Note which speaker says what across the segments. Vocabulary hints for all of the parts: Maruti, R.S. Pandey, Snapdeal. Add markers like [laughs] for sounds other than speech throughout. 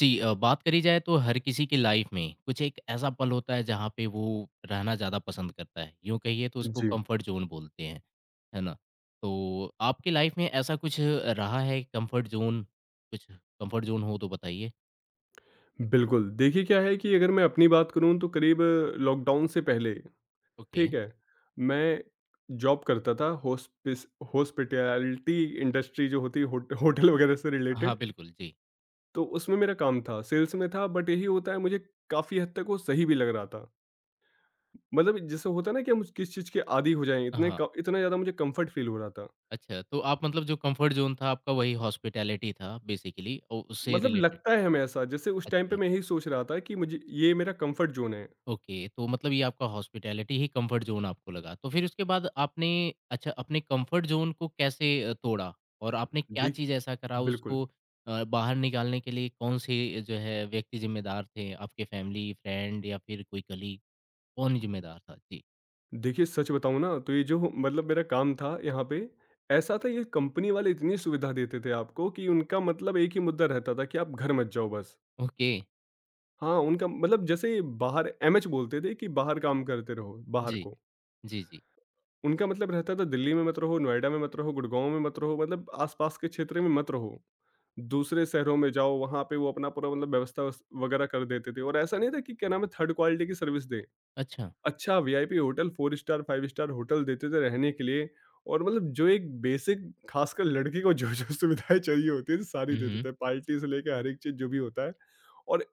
Speaker 1: जी बात करी जाए तो हर किसी की लाइफ में कुछ एक ऐसा पल होता है जहाँ पे वो रहना ज़्यादा पसंद करता है यूँ कहिए तो उसको
Speaker 2: जी,
Speaker 1: कंफर्ट जोन बोलते हैं है ना। तो आपकी लाइफ में ऐसा कुछ रहा है कंफर्ट जोन? कुछ कंफर्ट जोन हो तो बताइए।
Speaker 2: बिल्कुल। देखिए क्या है कि अगर मैं अपनी बात करूँ तो करीब लॉकडाउन से पहले,
Speaker 1: ओके।
Speaker 2: ठीक है, मैं जॉब करता था, हॉस्पिस हॉस्पिटैलिटी इंडस्ट्री जो होती है, होटल वगैरह से
Speaker 1: हाँ
Speaker 2: रिलेटेड।
Speaker 1: बिल्कुल जी।
Speaker 2: तो उसमें मेरा काम था, सेल्स में था, बट यही होता है, मुझे काफ़ी हद तक वो सही भी लग रहा था। मतलब जैसे होता है ना कि हम किस चीज़ के आदी हो जाएँ, इतने
Speaker 1: हाँ,
Speaker 2: क इतना ज़्यादा मुझे कम्फ़र्ट फ़ील हो रहा था।
Speaker 1: अच्छा तो आप मतलब जो कंफर्ट जोन था आपका वही हॉस्पिटैलिटी था बेसिकली और उससे
Speaker 2: मतलब
Speaker 1: रिलेटेड।
Speaker 2: लगता है हमें ऐसा, जैसे उस टाइम पे मैं यही सोच रहा था कि मुझे ये मेरा कम्फ़र्ट ज़ोन है।
Speaker 1: ओके, तो मतलब ये आपका हॉस्पिटैलिटी ही कम्फ़र्ट ज़ोन आपको लगा। तो फिर उसके बाद आपने अच्छा अपने कम्फ़र्ट ज़ोन को कैसे तोड़ा? और आपने क्या चीज़ ऐसा करा
Speaker 2: देखिए, बिल्कुल।
Speaker 1: उसको बाहर निकालने के लिए कौन-से जो है व्यक्ति ज़िम्मेदार थे? आपके फैमिली, फ्रेंड या फिर कोई कलीग? कौन ज़िम्मेदार था? जी।
Speaker 2: देखिए, सच बताऊँ ना, तो ये जो मतलब मेरा काम था यहाँ पे, ऐसा था, ये कंपनी वाले इतनी सुविधा देते थे आपको कि उनका मतलब एक ही मुद्दा रहता था कि आप घर मत जाओ बस।
Speaker 1: ओके।
Speaker 2: हाँ, उनका मतलब जैसे बाहर एमएच बोलते थे कि बाहर काम करते रहो, बाहर
Speaker 1: जी,
Speaker 2: को।
Speaker 1: जी, जी।
Speaker 2: उनका मतलब रहता था दिल्ली में मत रहो, नोएडा में मत रहो, गुड़गाँव में मत रहो, मतलब आस-पास के क्षेत्र में मत रहो। दूसरे शहरों में जाओ, वहाँ पे वो अपना पूरा मतलब व्यवस्था वस वगैरह कर देते थे, और ऐसा नहीं था कि क्या नाम है, थर्ड क्वालिटी की सर्विस दें।
Speaker 1: अच्छा।
Speaker 2: अच्छा VIP hotel, 4 star 5 star hotel देते थे रहने के लिए। और मतलब जो एक बेसिक, ख़ासकर लड़की को जो-जो सुविधाएँ चाहिए होती हैं, सारी
Speaker 1: हुँ,
Speaker 2: दे
Speaker 1: हुँ।
Speaker 2: देते हैं, पार्टी से लेके हर एक चीज़ जो भी होता है। और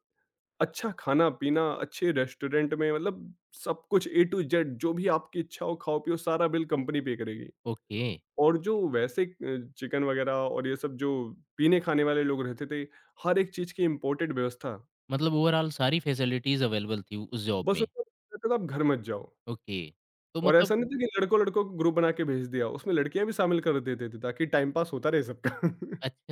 Speaker 2: अच्छा खाना-पीना, अच्छे रेस्टोरेंट में, मतलब सब कुछ ए टू जेड, जो भी आपकी इच्छा हो खाओ-पियो, सारा बिल कंपनी पे करेगी।
Speaker 1: ओके,
Speaker 2: और जो वैसे चिकन वगैरह और ये सब जो पीने-खाने वाले लोग रहते थे, हर एक चीज़ की इम्पोर्टेड व्यवस्था।
Speaker 1: मतलब ओवरॉल सारी फैसिलिटीज़ अवेलेबल थी उस जॉब
Speaker 2: बस
Speaker 1: में।
Speaker 2: उनको लगता था आप घर मत जाओ।
Speaker 1: ओके, तो
Speaker 2: और
Speaker 1: मतलब
Speaker 2: ऐसा नहीं था कि लड़कों लड़कों को ग्रुप बना के भेज दिया, उसमें लड़कियां भी शामिल कर देते थे ताकि टाइम पास होता रहे सबका।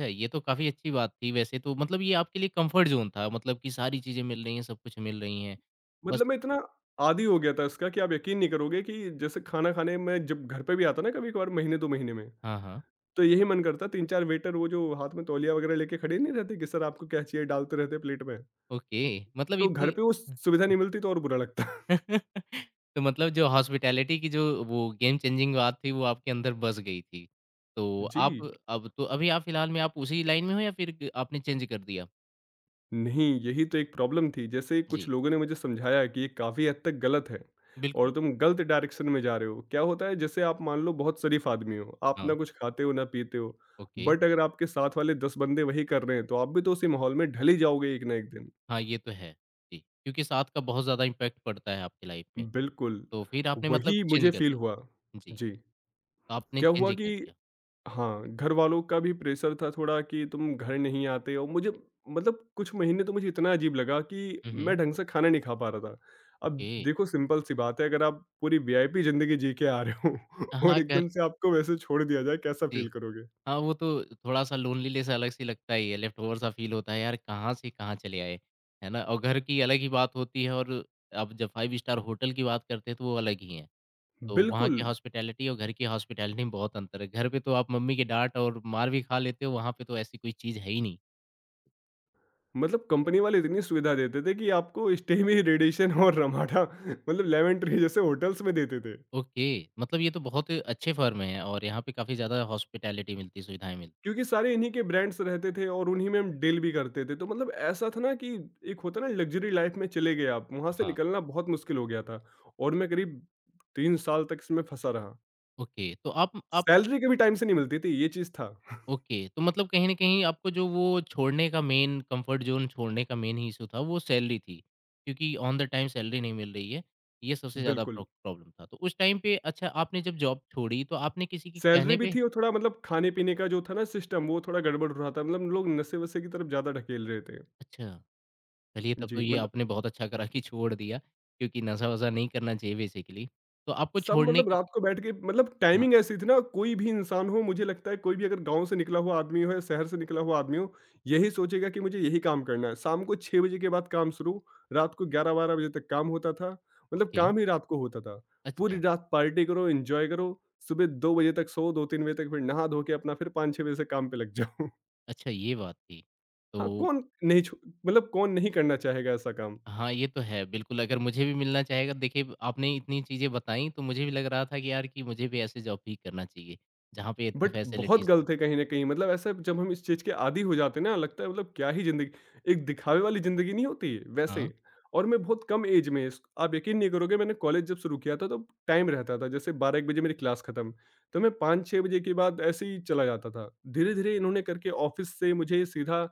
Speaker 2: [laughs]
Speaker 1: ये तो काफ़ी अच्छी बात थी वैसे तो मतलब ये आपके लिए कम्फ़र्ट ज़ोन था मतलब कि सारी चीज़ें मिल रही हैं, सब कुछ मिल रही हैं। बस।
Speaker 2: मतलब मैं इतना आदी हो गया था इसका कि आप यकीन नहीं करोगे, कि जैसे खाना खाने में जब घर पे भी आता ना, कभी कभार महीने 2 महीने में,
Speaker 1: हाँ, हाँ।
Speaker 2: तो यही मन करता, तीन चार वेटर वो जो हाथ में तौलिया वगैरह लेके खड़े नहीं रहते कि सर आपको क्या चाहिए, डालते रहते प्लेट में।
Speaker 1: ओके, मतलब
Speaker 2: तो घर
Speaker 1: इतनी।
Speaker 2: पे वो सुविधा नहीं मिलती, तो और बुरा लगता। [laughs]
Speaker 1: [laughs] तो मतलब जो हॉस्पिटैलिटी की जो वो गेम चेंजिंग बात थी वो आपके अंदर बस गई थी। तो
Speaker 2: जी,
Speaker 1: आप अब तो अभी आप फ़िलहाल में आप उसी लाइन में हो या फिर आपने चेंज कर दिया?
Speaker 2: नहीं, यही तो एक प्रॉब्लम थी। जैसे कुछ
Speaker 1: जी,
Speaker 2: लोगों ने मुझे समझाया कि ये काफ़ी हद तक गलत है और
Speaker 1: बिल्कुल।
Speaker 2: तुम गलत डायरेक्शन में जा रहे हो। क्या होता है, जैसे आप मान लो बहुत शरीफ आदमी हो, आप
Speaker 1: हाँ,
Speaker 2: ना कुछ खाते हो, ना पीते हो,
Speaker 1: ओके।
Speaker 2: बट अगर आपके साथ वाले 10 बंदे वही कर रहे हैं, तो आप भी तो उसी माहौल में ढल ही जाओगे एक ना एक दिन।
Speaker 1: हाँ, ये तो है। जी, क्योंकि साथ का बहुत ज़्यादा इम्पैक्ट पड़ता है आपकी लाइफ़ में।
Speaker 2: बिल्कुल,
Speaker 1: तो फिर आपने मतलब
Speaker 2: वही
Speaker 1: चेंज
Speaker 2: मुझे
Speaker 1: कर
Speaker 2: फ़ील हुआ।
Speaker 1: दिया। जी,
Speaker 2: जी,
Speaker 1: तो आपने
Speaker 2: क्या
Speaker 1: चेंज
Speaker 2: हुआ
Speaker 1: ही
Speaker 2: कि
Speaker 1: कर दिया।
Speaker 2: हाँ, घर वालों का भी प्रेशर था थोड़ा कि तुम घर नहीं आते हो। मुझे मतलब कुछ महीने तो मुझे इतना अजीब लगा कि
Speaker 1: हुँ,
Speaker 2: मैं
Speaker 1: हुँ।
Speaker 2: ढंग से खाना नहीं खा पा रहा था। अब
Speaker 1: ओके।
Speaker 2: देखो सिंपल-सी बात है, अगर आप पूरी वीआईपी ज़िंदगी जी के आ रहे हो [laughs] और
Speaker 1: हाँ, घर।
Speaker 2: एकदम से आपको वैसे छोड़ दिया जाए, कैसा फ़ील
Speaker 1: जी।
Speaker 2: करोगे?
Speaker 1: हाँ, वो तो थोड़ा-सा लोनलीनेस अलग सी लगता ही है, लेफ्ट ओवर सा फ़ील होता है यार कहाँ से कहाँ चले आए, है ना? और घर की अलग ही बात होती है। और अब जब 5 स्टार होटल की बात करते हैं तो वो अलग ही है। तो वहाँ
Speaker 2: बिल्कुल,
Speaker 1: की हॉस्पिटैलिटी और घर की हॉस्पिटैलिटी में बहुत अंतर है। घर पे तो आप मम्मी की डाँट और मार भी खा लेते हो, वहाँ पे तो ऐसी कोई चीज़ है ही नहीं।
Speaker 2: मतलब कंपनी वाले इतनी सुविधा देते थे कि आपको स्टे में ही रेडिएशन और रमाडा [laughs] मतलब लेमन ट्री जैसे होटल्स में देते थे।
Speaker 1: ओके, मतलब ये तो बहुत अच्छे फर्म हैं और यहाँ पे काफ़ी ज़्यादा हॉस्पिटैलिटी मिलती है, सुविधाएँ मिलती हैं।
Speaker 2: क्योंकि सारे इन्हीं के ब्रांड्स रहते थे और उन्हीं में हम डील भी करते थे, तो मतलब ऐसा था ना कि एक होता ना लग्जरी लाइफ में चले गए आप, वहां से
Speaker 1: हाँ,
Speaker 2: निकलना बहुत मुश्किल हो गया था। और मैं करीब 3 साल तक इसमें फंसा रहा।
Speaker 1: ओके। तो आप
Speaker 2: सैलरी कभी टाइम से नहीं मिलती थी, ये चीज था।
Speaker 1: ओके, तो मतलब कहीं न कहीं आपको जो वो छोड़ने का मेन कम्फर्ट ज़ोन छोड़ने का मेन ही इश्यू था वो सैलरी थी, क्योंकि ऑन द टाइम सैलरी नहीं मिल रही है, ये सबसे ज़्यादा प्रो
Speaker 2: बिल्कुल,
Speaker 1: प्रॉब्लम था। तो उस टाइम पे अच्छा आपने जब जॉब छोड़ी तो आपने किसी के
Speaker 2: सैलरी
Speaker 1: कहने
Speaker 2: भी
Speaker 1: पे
Speaker 2: थी, और थोड़ा मतलब खाने पीने का जो था ना सिस्टम वो थोड़ा गड़बड़ हो रहा था, मतलब लोग नशे वशे की तरफ ज्यादा ढकेल रहे थे।
Speaker 1: अच्छा, चलिए तब तो
Speaker 2: जी,
Speaker 1: ये
Speaker 2: मतलब
Speaker 1: आपने बहुत अच्छा करा कि छोड़ दिया, क्योंकि नशा-वशा नहीं करना चाहिए बेसिकली। तो आपको
Speaker 2: सब
Speaker 1: छोड़ने
Speaker 2: मतलब
Speaker 1: की
Speaker 2: रात को बैठ के, मतलब
Speaker 1: हाँ,
Speaker 2: टाइमिंग ऐसी थी ना, कोई भी इंसान हो, मुझे लगता है कोई भी अगर गाँव से निकला हुआ आदमी हो या शहर से निकला हुआ आदमी हो, यही सोचेगा कि मुझे यही काम करना है। शाम को 6 बजे के बाद काम शुरू, रात को 11-12 बजे तक काम होता था। मतलब
Speaker 1: ओके,
Speaker 2: काम ही रात को होता था। पूरी
Speaker 1: अच्छा,
Speaker 2: रात पार्टी करो, एंजॉय करो, सुबह 2 बजे तक सो, 2-3 बजे तक फिर नहा धो के अपना फिर 5-6 बजे से काम पे लग जाओ।
Speaker 1: अच्छा ये बात थी।
Speaker 2: [laughs] हाँ,
Speaker 1: तो
Speaker 2: कौन नहीं छो मतलब कौन नहीं करना चाहेगा ऐसा काम?
Speaker 1: हाँ, ये तो है। बिल्कुल, अगर मुझे भी मिलना चाहेगा देखिए आपने इतनी चीज़ें बताई तो मुझे भी लग रहा था कि यार कि मुझे भी ऐसे जॉब ही करना चाहिए, जहाँ पे इतनी
Speaker 2: बट बहुत
Speaker 1: फैसिलिटीज़ हों।
Speaker 2: गलत है कहीं न कहीं, मतलब ऐसा जब हम इस चीज़ के आदी हो जाते हैं ना, लगता है मतलब क्या ही ज़िंदगी, एक दिखावे वाली ज़िंदगी नहीं होती
Speaker 1: हाँ।
Speaker 2: वैसे। और मैं बहुत कम एज में इस आप यकीन नहीं करोगे, मैंने कॉलेज जब शुरू किया था तो टाइम रहता था जैसे 12-1 बजे मेरी क्लास खत्म। तो मैं 5-6 बजे के बाद ऐसे ही चला जाता था। धीरे-धीरे इन्होंने करके ऑफ़िस से मुझे सीधा,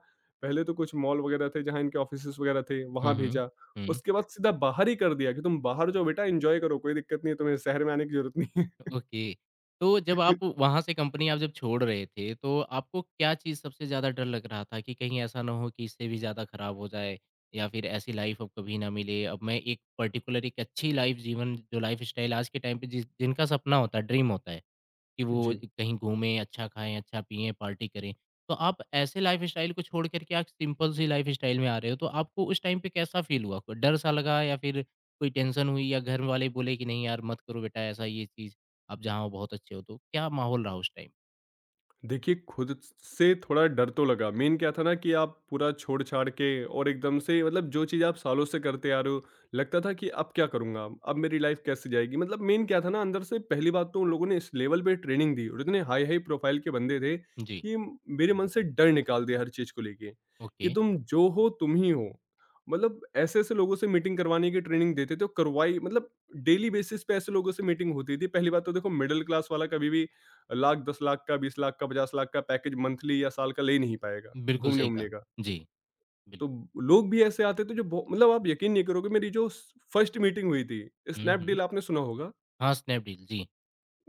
Speaker 2: पहले तो कुछ मॉल वगैरह थे जहाँ इनके ऑफ़िसेज़ वगैरह थे,
Speaker 1: हुँ,
Speaker 2: वहाँ
Speaker 1: हुँ।
Speaker 2: भेजा।
Speaker 1: हुँ,
Speaker 2: उसके बाद सीधा बाहर ही कर दिया कि तुम बाहर जाओ बेटा, एन्जॉय करो, कोई दिक्कत नहीं है, तुम्हें शहर में आने की ज़रूरत नहीं है।
Speaker 1: ओके। तो जब आप वहाँ से कंपनी आप जब छोड़ रहे थे, तो आपको क्या चीज़ सबसे ज़्यादा डर लग रहा था कि कहीं ऐसा ना हो कि इससे भी ज़्यादा खराब हो जाए या फिर ऐसी लाइफ़ अब कभी ना मिले? अब मैं एक पर्टिकुलर एक अच्छी लाइफ़ जीवन जो लाइफ़स्टाइल आज के टाइम पे जिस जिनका सपना होता है, ड्रीम होता है कि वो
Speaker 2: जी।
Speaker 1: कहीं घूमें, अच्छा खाएँ, अच्छा पिएँ, पार्टी करें। तो आप ऐसे लाइफ़स्टाइल को छोड़ कर के आप सिंपल सी लाइफ़स्टाइल में आ रहे हो, तो आपको उस टाइम पे कैसा फ़ील हुआ? कोई डर सा लगा या फिर कोई टेंशन हुई या घर वाले बोले कि नहीं यार मत करो बेटा ऐसा ये चीज़, आप जहाँ हो बहुत अच्छे हो, तो क्या माहौल रहा उस टाइम?
Speaker 2: देखिए, खुद स से थोड़ा डर तो लगा। मेन क्या था ना, कि आप पूरा छोड़-छाड़ के और एकदम से, मतलब जो चीज़ आप सालों से करते आ रहे हो, लगता था कि अब क्या करूँगा? अब मेरी लाइफ़ कैसे जाएगी? मतलब मेन क्या था ना, अंदर से पहली बात तो उन लोगों ने इस लेवल पे ट्रेनिंग दी और इतने हाई-हाई प्रोफ़ाइल के बंदे थे
Speaker 1: जी,
Speaker 2: कि मेरे मन से डर निकाल दिया हर चीज़ को लेके, कि
Speaker 1: ओके,
Speaker 2: तुम जो हो तुम ही हो। मतलब ऐसे-ऐसे लोगों से मीटिंग करवाने की ट्रेनिंग देते थे, और करवाई मतलब डेली बेसिस पे ऐसे लोगों से मीटिंग होती थी। पहली बात तो देखो, मिडल क्लास वाला कभी भी लाख, 10 लाख का, 20 लाख का, 50 लाख का पैकेज मंथली या साल का ले ही नहीं पाएगा,
Speaker 1: बिल्कुल सही
Speaker 2: घूमने-वूमने
Speaker 1: कहा।
Speaker 2: का।
Speaker 1: जी, बिल्कुल।
Speaker 2: तो लोग भी ऐसे आते थे जो बहु मतलब आप यकीन नहीं करोगे, मेरी जो स फर्स्ट मीटिंग हुई थी,
Speaker 1: हुँ, हुँ।
Speaker 2: स्नैपडील आपने सुना होगा,
Speaker 1: हाँ, स्नैपडील जी।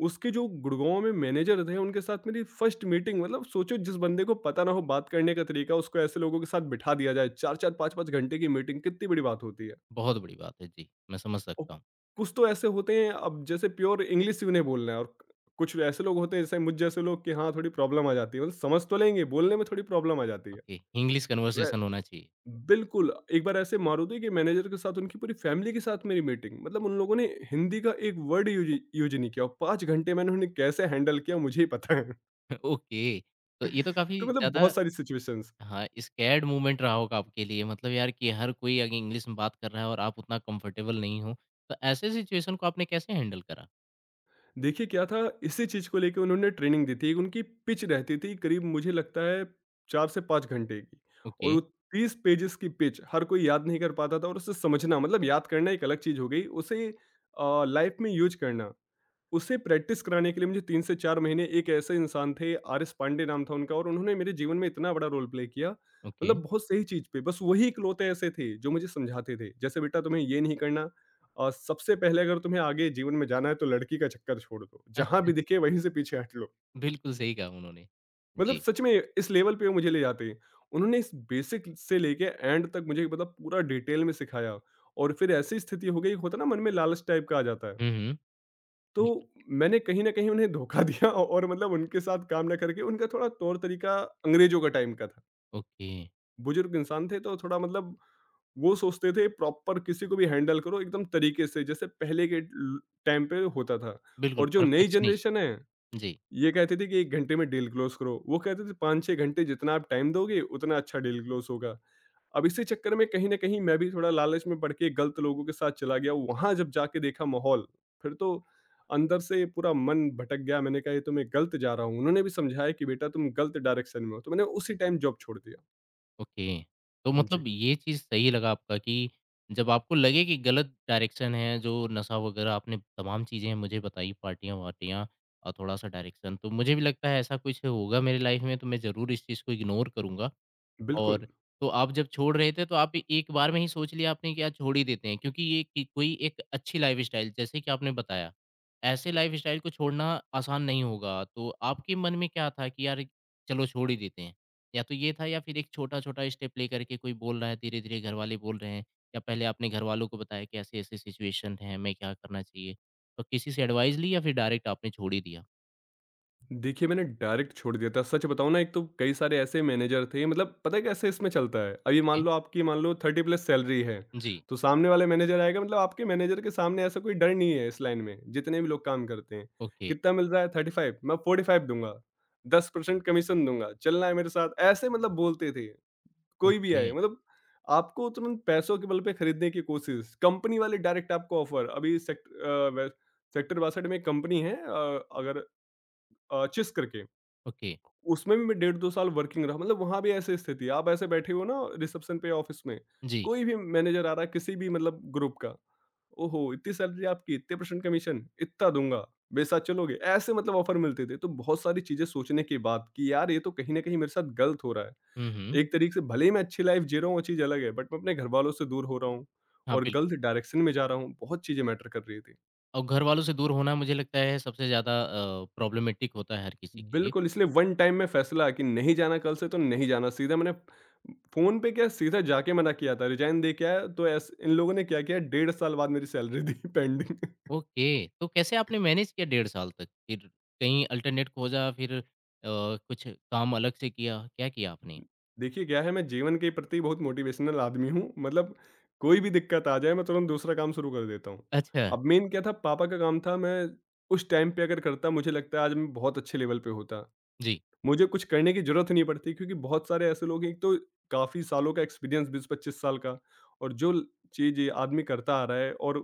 Speaker 2: उसके जो गुड़गाँव में मैनेजर थे उनके साथ मेरी फर्स्ट मीटिंग, मतलब सोचो जिस बंदे को पता ना हो बात करने का तरीका, उसको ऐसे लोगों के साथ बिठा दिया जाए, 4-4 5-5 घंटे की मीटिंग कितनी बड़ी बात होती है।
Speaker 1: बहुत बड़ी बात है। जी, मैं समझ
Speaker 2: और
Speaker 1: सकता हूँ।
Speaker 2: कुछ तो ऐसे होते हैं अब जैसे प्योर इंग्लिश ही उन्हें बोलना है, और कुछ ऐसे लोग होते हैं जैसे मुझ जैसे लोग, कि हाँ थोड़ी प्रॉब्लम आ जाती है, मतलब समझ तो लेंगे, बोलने में थोड़ी प्रॉब्लम आ जाती है।
Speaker 1: ओके, इंग्लिश
Speaker 2: वे-
Speaker 1: कन्वर्सेशन होना चाहिए।
Speaker 2: बिल्कुल, एक बार ऐसे मारुति के मैनेजर के साथ उनकी पूरी फैमिली के साथ मेरी मीटिंग, मतलब उन लोगों ने हिंदी का एक वर्ड यूज यूज नहीं किया, और 5 घंटे मैंने उन्हें कैसे हैंडल किया मुझे ही पता है। [laughs]
Speaker 1: [laughs] ओके, तो ये तो काफ़ी
Speaker 2: तो मतलब
Speaker 1: ज़्यादा
Speaker 2: बहुत सारी सिचुएशंस।
Speaker 1: हाँ, स्कैर्ड मोमेंट रहा होगा आपके लिए मतलब यार कि हर कोई आगे इंग्लिश में बात कर रहा है और आप उतना कंफर्टेबल नहीं हो। तो ऐसे सिचुएशन को आपने कैसे हैंडल करा?
Speaker 2: देखिए क्या था, इसी चीज़ को लेके उन्होंने ट्रेनिंग दी थी। एक उनकी पिच रहती थी करीब मुझे लगता है 4 से 5 घंटे की,
Speaker 1: ओके,
Speaker 2: और वो 30 पेजेज़ की पिच हर कोई याद नहीं कर पाता था, और उसे समझना मतलब याद करना एक अलग चीज़ हो गई, उसे लाइफ़ में यूज़ करना, उसे प्रैक्टिस कराने के लिए मुझे 3 से 4 महीने एक ऐसे इंसान थे, आर.एस. पांडे नाम था उनका, और उन्होंने मेरे जीवन में इतना बड़ा रोल प्ले किया।
Speaker 1: ओके।
Speaker 2: मतलब बहुत सही चीज़ पे, बस वही इकलौते ऐसे थे जो मुझे समझाते थे। जैसे बेटा तुम्हें ये नहीं करना, सबसे पहले अगर तुम्हें आगे जीवन में जाना है तो लड़की का चक्कर छोड़ दो, जहाँ
Speaker 1: अच्छा,
Speaker 2: भी दिखे वहीं से पीछे हट लो।
Speaker 1: बिल्कुल सही कहा उन्होंने।
Speaker 2: मतलब
Speaker 1: जी।
Speaker 2: सच में इस लेवल पे वो मुझे ले जाते हैं। उन्होंने इस बेसिक से लेके एंड तक मुझे मतलब पूरा डिटेल में सिखाया, और फिर ऐसी स्थिति हो गई, होता है ना मन में लालच टाइप का आ जाता है।
Speaker 1: हुँ, हुँ।
Speaker 2: तो
Speaker 1: बिल्कुल।
Speaker 2: मैंने कहीं न कहीं उन्हें धोखा [laughs] दिया, और मतलब उनके साथ काम ना करके, उनका थोड़ा तौर-तरीका अंग्रेज़ों का टाइम का था।
Speaker 1: ओके,
Speaker 2: बुजुर्ग इंसान थे, तो थोड़ा मतलब वो सोचते थे प्रॉपर किसी को भी हैंडल करो एकदम तरीके से जैसे पहले के ल टाइम पे होता था।
Speaker 1: बिल्कुल
Speaker 2: और जो नई
Speaker 1: परफेक्शनिस्ट।
Speaker 2: जनरेशन है,
Speaker 1: जी।
Speaker 2: ये कहते थे कि 1 घंटे में डील क्लोज़ करो। वो कहते थे 5-6 घंटे जितना आप टाइम दोगे उतना अच्छा डील क्लोज़ होगा। अब इसी चक्कर में कहीं न कहीं मैं भी थोड़ा लालच में पड़ के गलत लोगों के साथ चला गया, वहाँ जब जाके देखा माहौल, फिर तो अंदर से पूरा मन भटक गया, मैंने कहा ये तो मैं गलत जा रहा हूँ। उन्होंने भी समझाया कि बेटा तुम गलत डायरेक्शन में हो, तो मैंने उसी टाइम जॉब छोड़ दिया।
Speaker 1: ओके। तो
Speaker 2: जी,
Speaker 1: मतलब ये चीज़ सही लगा आपका कि जब आपको लगे कि गलत डायरेक्शन है, जो नशा वगैरह आपने तमाम चीज़ें मुझे बताई, पार्टियाँ-वार्टियाँ और थोड़ा-सा डायरेक्शन, तो मुझे भी लगता है ऐसा कुछ होगा मेरी लाइफ़ में, तो मैं ज़रूर इस चीज़ को इग्नोर करूँगा।
Speaker 2: बिल्कुल।
Speaker 1: और तो आप जब छोड़ रहे थे तो आप एक बार में ही सोच लिया आपने कि यार छोड़ ही देते हैं क्योंकि ये कि कोई एक अच्छी लाइफ़स्टाइल जैसे कि आपने बताया, ऐसे लाइफ़स्टाइल को छोड़ना आसान नहीं होगा। तो आपके मन में क्या था कि यार चलो छोड़ ही देते हैं? या तो ये था या फिर एक छोटा-छोटा स्टेप लेकर के कोई बोल रहा है धीरे-धीरे घरवाले बोल रहे हैं या पहले आपने घरवालों को बताया कि ऐसे-ऐसे सिचुएशन है, मैं क्या करना चाहिए? तो किसी से एडवाइस ली या फिर डायरेक्ट आपने छोड़ ही दिया?
Speaker 2: देखिए, मैंने डायरेक्ट छोड़ दिया था। सच बताऊँ ना, एक तो कई सारे ऐसे मैनेजर थे, मतलब पता है कैसे इसमें चलता है? अभी मान
Speaker 1: ओके।
Speaker 2: लो 30 प्लस सैलरी है,
Speaker 1: जी।
Speaker 2: तो सामने वाला मैनेजर आएगा मतलब आपके मैनेजर के सामने ऐसा कोई डर नहीं है इस लाइन में, जितने भी लोग काम करते हैं।
Speaker 1: ओके,
Speaker 2: कितना मिल रहा है? 35 मैं 45 दूँगा, 10% कमीशन दूँगा, चलना है मेरे साथ। ऐसे मतलब बोलते थे, कोई भी
Speaker 1: ओके,
Speaker 2: आए मतलब आपको तुरंत पैसों के बल पे खरीदने की कोशिश, कंपनी वाले डायरेक्ट आपको ऑफर। अभी सेक्ट अ, वे सेक्टर 62 में एक कंपनी है अगर चिस करके।
Speaker 1: ओके।
Speaker 2: उसमें भी मैं डेढ़ 2 साल वर्किंग रहा, मतलब वहाँ भी ऐसी स्थिति है, आप ऐसे बैठे हो ना रिसेप्शन पे ऑफ़िस में,
Speaker 1: जी।
Speaker 2: कोई भी मैनेजर आ रहा है किसी भी मतलब ग्रुप का, "ओहो! इतनी सैलरी आपकी, इतने परसेंट कमीशन, इतना दूँगा, मेरे साथ चलोगे?" ऐसे मतलब ऑफ़र मिलते थे। तो बहुत सारी चीज़ें सोचने के बाद कि यार ये तो कहीं न कहीं मेरे साथ गलत हो रहा है।
Speaker 1: हुँ, हुँ।
Speaker 2: एक तरीके से भले ही मैं अच्छी लाइफ़ जी रहा हूँ, वो चीज़ अलग है, बट मैं अपने घरवालों से दूर हो रहा हूँ
Speaker 1: हाँ,
Speaker 2: और
Speaker 1: बिल्कुल।
Speaker 2: गलत डायरेक्शन में जा रहा हूँ, बहुत चीज़ें मैटर कर रही थी।
Speaker 1: और घरवालों से दूर होना मुझे लगता है सबसे ज़्यादा प्रॉब्लमेटिक होता है हर किसी के लिए।
Speaker 2: बिल्कुल, इसलिए वन टाइम में फैसला कि नहीं जाना कल से तो नहीं जाना। सीधा मैंने फ़ोन पे क्या सीधा जाके मना किया था, रिज़ाइन दे के आया तो ऐस इन लोगों ने क्या किया डेढ़ साल बाद मेरी सैलरी दी [laughs] पेंडिंग।
Speaker 1: ओके, तो कैसे आपने मैनेज किया डेढ़ साल तक? फिर कहीं अल्टरनेट खोजा फिर कुछ काम अलग से किया, क्या किया आपने?
Speaker 2: देखिए क्या है मैं जीवन के प्रति बहुत मोटिवेशनल आदमी हूँ, मतलब कोई भी दिक्कत आ जाए मैं तुरंत दूसरा काम शुरू कर देता हूँ।
Speaker 1: अच्छा,
Speaker 2: अब मेन क्या था पापा का काम था मैं उस टाइम पे अगर करता मुझे लगता है आज मैं बहुत अच्छे लेवल पे होता।
Speaker 1: जी।
Speaker 2: मुझे कुछ करने की ज़रूरत ही नहीं पड़ती क्योंकि बहुत सारे ऐसे लोग हैं एक तो काफ़ी सालों का एक्सपीरियंस 20-25 साल का और जो ल चीज़ ये आदमी करता आ रहा है और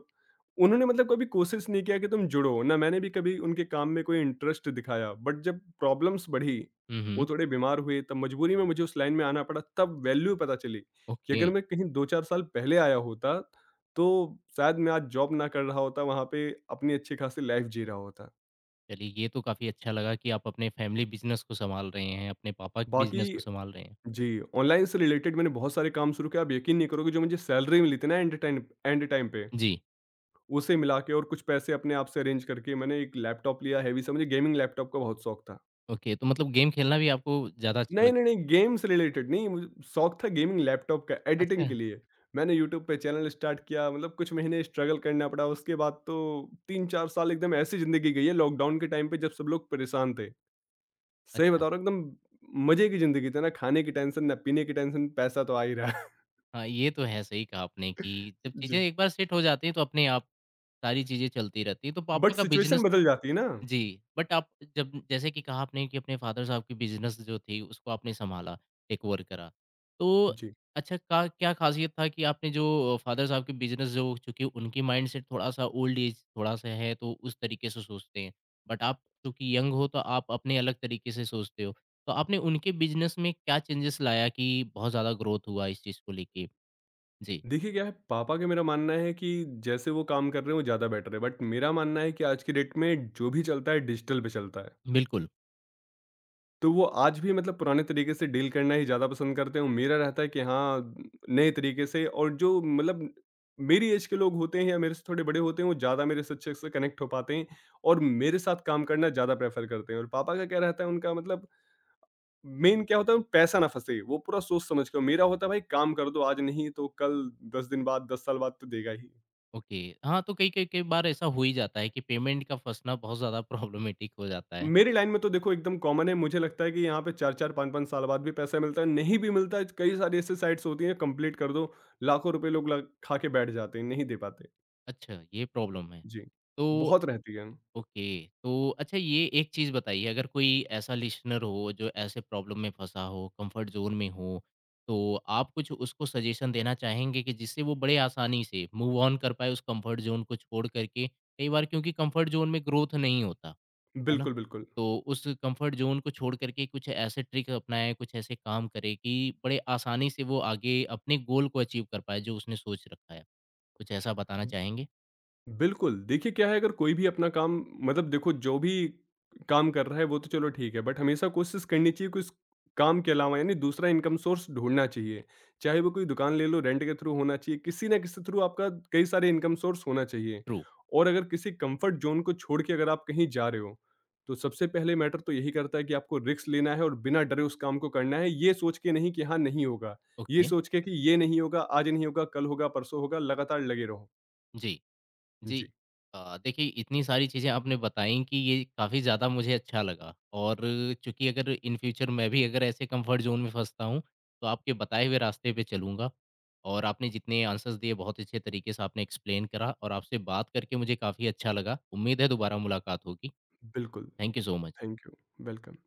Speaker 2: उन्होंने मतलब कभी कोशिश नहीं किया कि तुम जुड़ो, ना मैंने भी कभी उनके काम में कोई इंटरेस्ट दिखाया। बट जब प्रॉब्लम्स बढ़ी,
Speaker 1: हुँ,
Speaker 2: वो
Speaker 1: हुँ।
Speaker 2: थोड़े बीमार हुए, तब मजबूरी में मुझे उस लाइन में आना पड़ा, तब वैल्यू पता चली कि
Speaker 1: ओके,
Speaker 2: अगर मैं कहीं 2-4 साल पहले आया होता, तो शायद मैं आज जॉब ना कर रहा होता, वहाँ पे अपनी अच्छी खासी लाइफ़ जी रहा होता।
Speaker 1: चलिए ये तो काफ़ी अच्छा लगा कि आप अपने फैमिली बिज़नेस को सँभाल रहे हैं, अपने पापा के
Speaker 2: बाकी
Speaker 1: बिज़नेस को सँभाल रहे हैं।
Speaker 2: जी, ऑनलाइन से रिलेटेड मैंने बहुत सारे काम शुरू किए, आप यकीन नहीं करोगे जो मुझे सैलरी मिली थी ना एंड टाइम पे,
Speaker 1: जी,
Speaker 2: उसे मिला के और कुछ पैसे अपने आप से अरेंज करके मैंने एक लैपटॉप लिया हैवी सा, मुझे गेमिंग लैपटॉप का बहुत शौक था।
Speaker 1: ओके तो मतलब गेम खेलना भी आपको ज़्यादा अच्छा
Speaker 2: नहीं,
Speaker 1: लगता
Speaker 2: नहीं,
Speaker 1: है।
Speaker 2: नहीं, गेम से रिलेटेड नहीं, मुझे शौक था गेमिंग लैपटॉप का एडिटिंग
Speaker 1: अच्छा,
Speaker 2: के लिए। मैंने यूट्यूब पे चैनल स्टार्ट किया, मतलब कुछ महीने स्ट्रगल करना पड़ा, उसके बाद तो 3-4 साल एकदम ऐसी ज़िंदगी गई है लॉकडाउन के टाइम पे जब सब लोग परेशान थे। सही
Speaker 1: अच्छा।
Speaker 2: बता रहा हूँ एकदम मज़े की ज़िंदगी थी ना, खाने की टेंशन, ना पीने की टेंशन, पैसा तो आ ही रहा है।
Speaker 1: हाँ, ये तो है सही कहा आपने कि जब
Speaker 2: [laughs]
Speaker 1: चीज़ें
Speaker 2: जी।
Speaker 1: एक बार सेट हो जाती हैं तो अपने आप सारी चीज़ें चलती रहती हैं, तो
Speaker 2: बट
Speaker 1: पापा का
Speaker 2: सिचुएशन
Speaker 1: बिज़नेस
Speaker 2: बदल जाती है ना।
Speaker 1: जी, बट आप जब जैसे कि कहा आपने कि अपने फ़ादर साहब की बिज़नेस जो थी उसको आपने सँभाला, टेकओवर करा। तो
Speaker 2: जी।
Speaker 1: अच्छा का क्या ख़ासियत था कि आपने जो फ़ादर साहब की बिज़नेस जो चूँकि उनकी माइंडसेट थोड़ा-सा ओल्ड एज थोड़ा-सा है तो उस तरीके से सोचते हैं, बट आप चूँकि यंग हो तो आप अपने अलग तरीके से सोचते हो। तो आपने उनके बिज़नेस में क्या चेंजेस लाया कि बहुत ज़्यादा ग्रोथ हुआ इस चीज़ को लेके? जी,
Speaker 2: देखिए क्या है पापा का मेरा मानना है कि जैसे वो काम कर रहे हैं वो ज़्यादा बेटर है। बट मेरा मानना है कि आज की डेट में जो भी चलता है डिजिटल पे चलता है।
Speaker 1: बिल्कुल।
Speaker 2: तो वो आज भी मतलब पुराने तरीके से डील करना ही ज़्यादा पसंद करते हैं और मेरा रहता है कि हाँ, नए तरीके से और जो मतलब मेरी ऐज के लोग होते हैं या मेरे से थोड़े बड़े होते हैं वो ज़्यादा मेरे से अच्छे से कनेक्ट हो पाते हैं और मेरे साथ काम करना ज़्यादा प्रेफ़र करते हैं और पापा का क्या रहता है उनका मतलब मेन क्या होता है पैसा ना फँसे, वो पूरा सोच समझ के मेरा होता है भाई काम कर दो आज नहीं तो कल 10 दिन बाद 10 साल बाद तो देगा ही।
Speaker 1: ओके, हाँ तो कई कई कई बार ऐसा हो ही जाता है कि पेमेंट का फंसना बहुत ज़्यादा प्रॉब्लमेटिक हो जाता है।
Speaker 2: मेरी लाइन में तो देखो एकदम कॉमन है मुझे लगता है कि यहाँ पे 4-4 5-5 साल बाद भी पैसा मिलता है, नहीं भी मिलता है कई सारी ऐसी साइट्स होती हैं कंप्लीट कर दो, लाखों रुपए लोग ल खा के बैठ जाते हैं, नहीं दे पाते।
Speaker 1: अच्छा ये प्रॉब्लम है।
Speaker 2: जी,
Speaker 1: तो
Speaker 2: बहुत रहती है।
Speaker 1: ओके, तो अच्छा ये एक चीज़ बताइए अगर कोई ऐसा लिसनर हो जो ऐसे प्रॉब्लम में फँसा हो, कंफर्ट ज़ोन में हो, तो आप कुछ उसको सजेशन देना चाहेंगे कि जिससे वो बड़े आसानी से मूव ऑन कर पाए उस कंफर्ट ज़ोन को छोड़ कर के? कई बार क्योंकि कंफर्ट ज़ोन में ग्रोथ नहीं होता। है ना?
Speaker 2: बिल्कुल, बिल्कुल।
Speaker 1: तो उस कम्फर्ट ज़ोन को छोड़ कर के कुछ ऐसे ट्रिक अपनाए, कुछ ऐसे काम करे कि बड़े आसानी से वो आगे अपने गोल को अचीव कर पाए, जो उसने सोच रखा है। कुछ ऐसा बताना चाहेंगे?
Speaker 2: बिल्कुल, देखिए क्या है अगर कोई भी अपना काम मतलब देखो जो भी काम कर रहा है वो तो चलो ठीक है, बट हमेशा कोशिश करनी चाहिए कुछ काम के अलावा यानी दूसरा इनकम सोर्स ढूँढना चाहिए। चाहे वो कोई दुकान ले लो रेंट के थ्रू होना चाहिए, किसी ना किसी थ्रू आपका कई सारे इनकम सोर्स होना चाहिए।
Speaker 1: ट्रू,
Speaker 2: और अगर किसी कम्फर्ट ज़ोन को छोड़ के अगर आप कहीं जा रहे हो, तो सबसे पहले मैटर तो यही करता है कि आपको रिस्क लेना है और बिना डरे उस काम को करना है, ये सोच के नहीं कि हाँ, नहीं होगा। ये
Speaker 1: ओके,
Speaker 2: सोच के कि ये नहीं होगा, आज नहीं होगा, कल होगा, परसों होगा, लगातार लगे रहो।
Speaker 1: जी। जी।
Speaker 2: जी,
Speaker 1: देखिए इतनी सारी चीज़ें आपने बताई कि ये काफ़ी ज़्यादा मुझे अच्छा लगा और चूँकि अगर इन फ्यूचर मैं भी अगर ऐसे कम्फर्ट ज़ोन में फँसता हूँ, तो आपके बताए हुए रास्ते पे चलूँगा और आपने जितने आंसर्स दिए बहुत अच्छे तरीके से आपने एक्सप्लेन करा और आपसे बात करके मुझे काफ़ी अच्छा लगा। उम्मीद है दोबारा मुलाकात होगी।
Speaker 2: बिल्कुल।
Speaker 1: Thank you so much.
Speaker 2: Thank you. Welcome.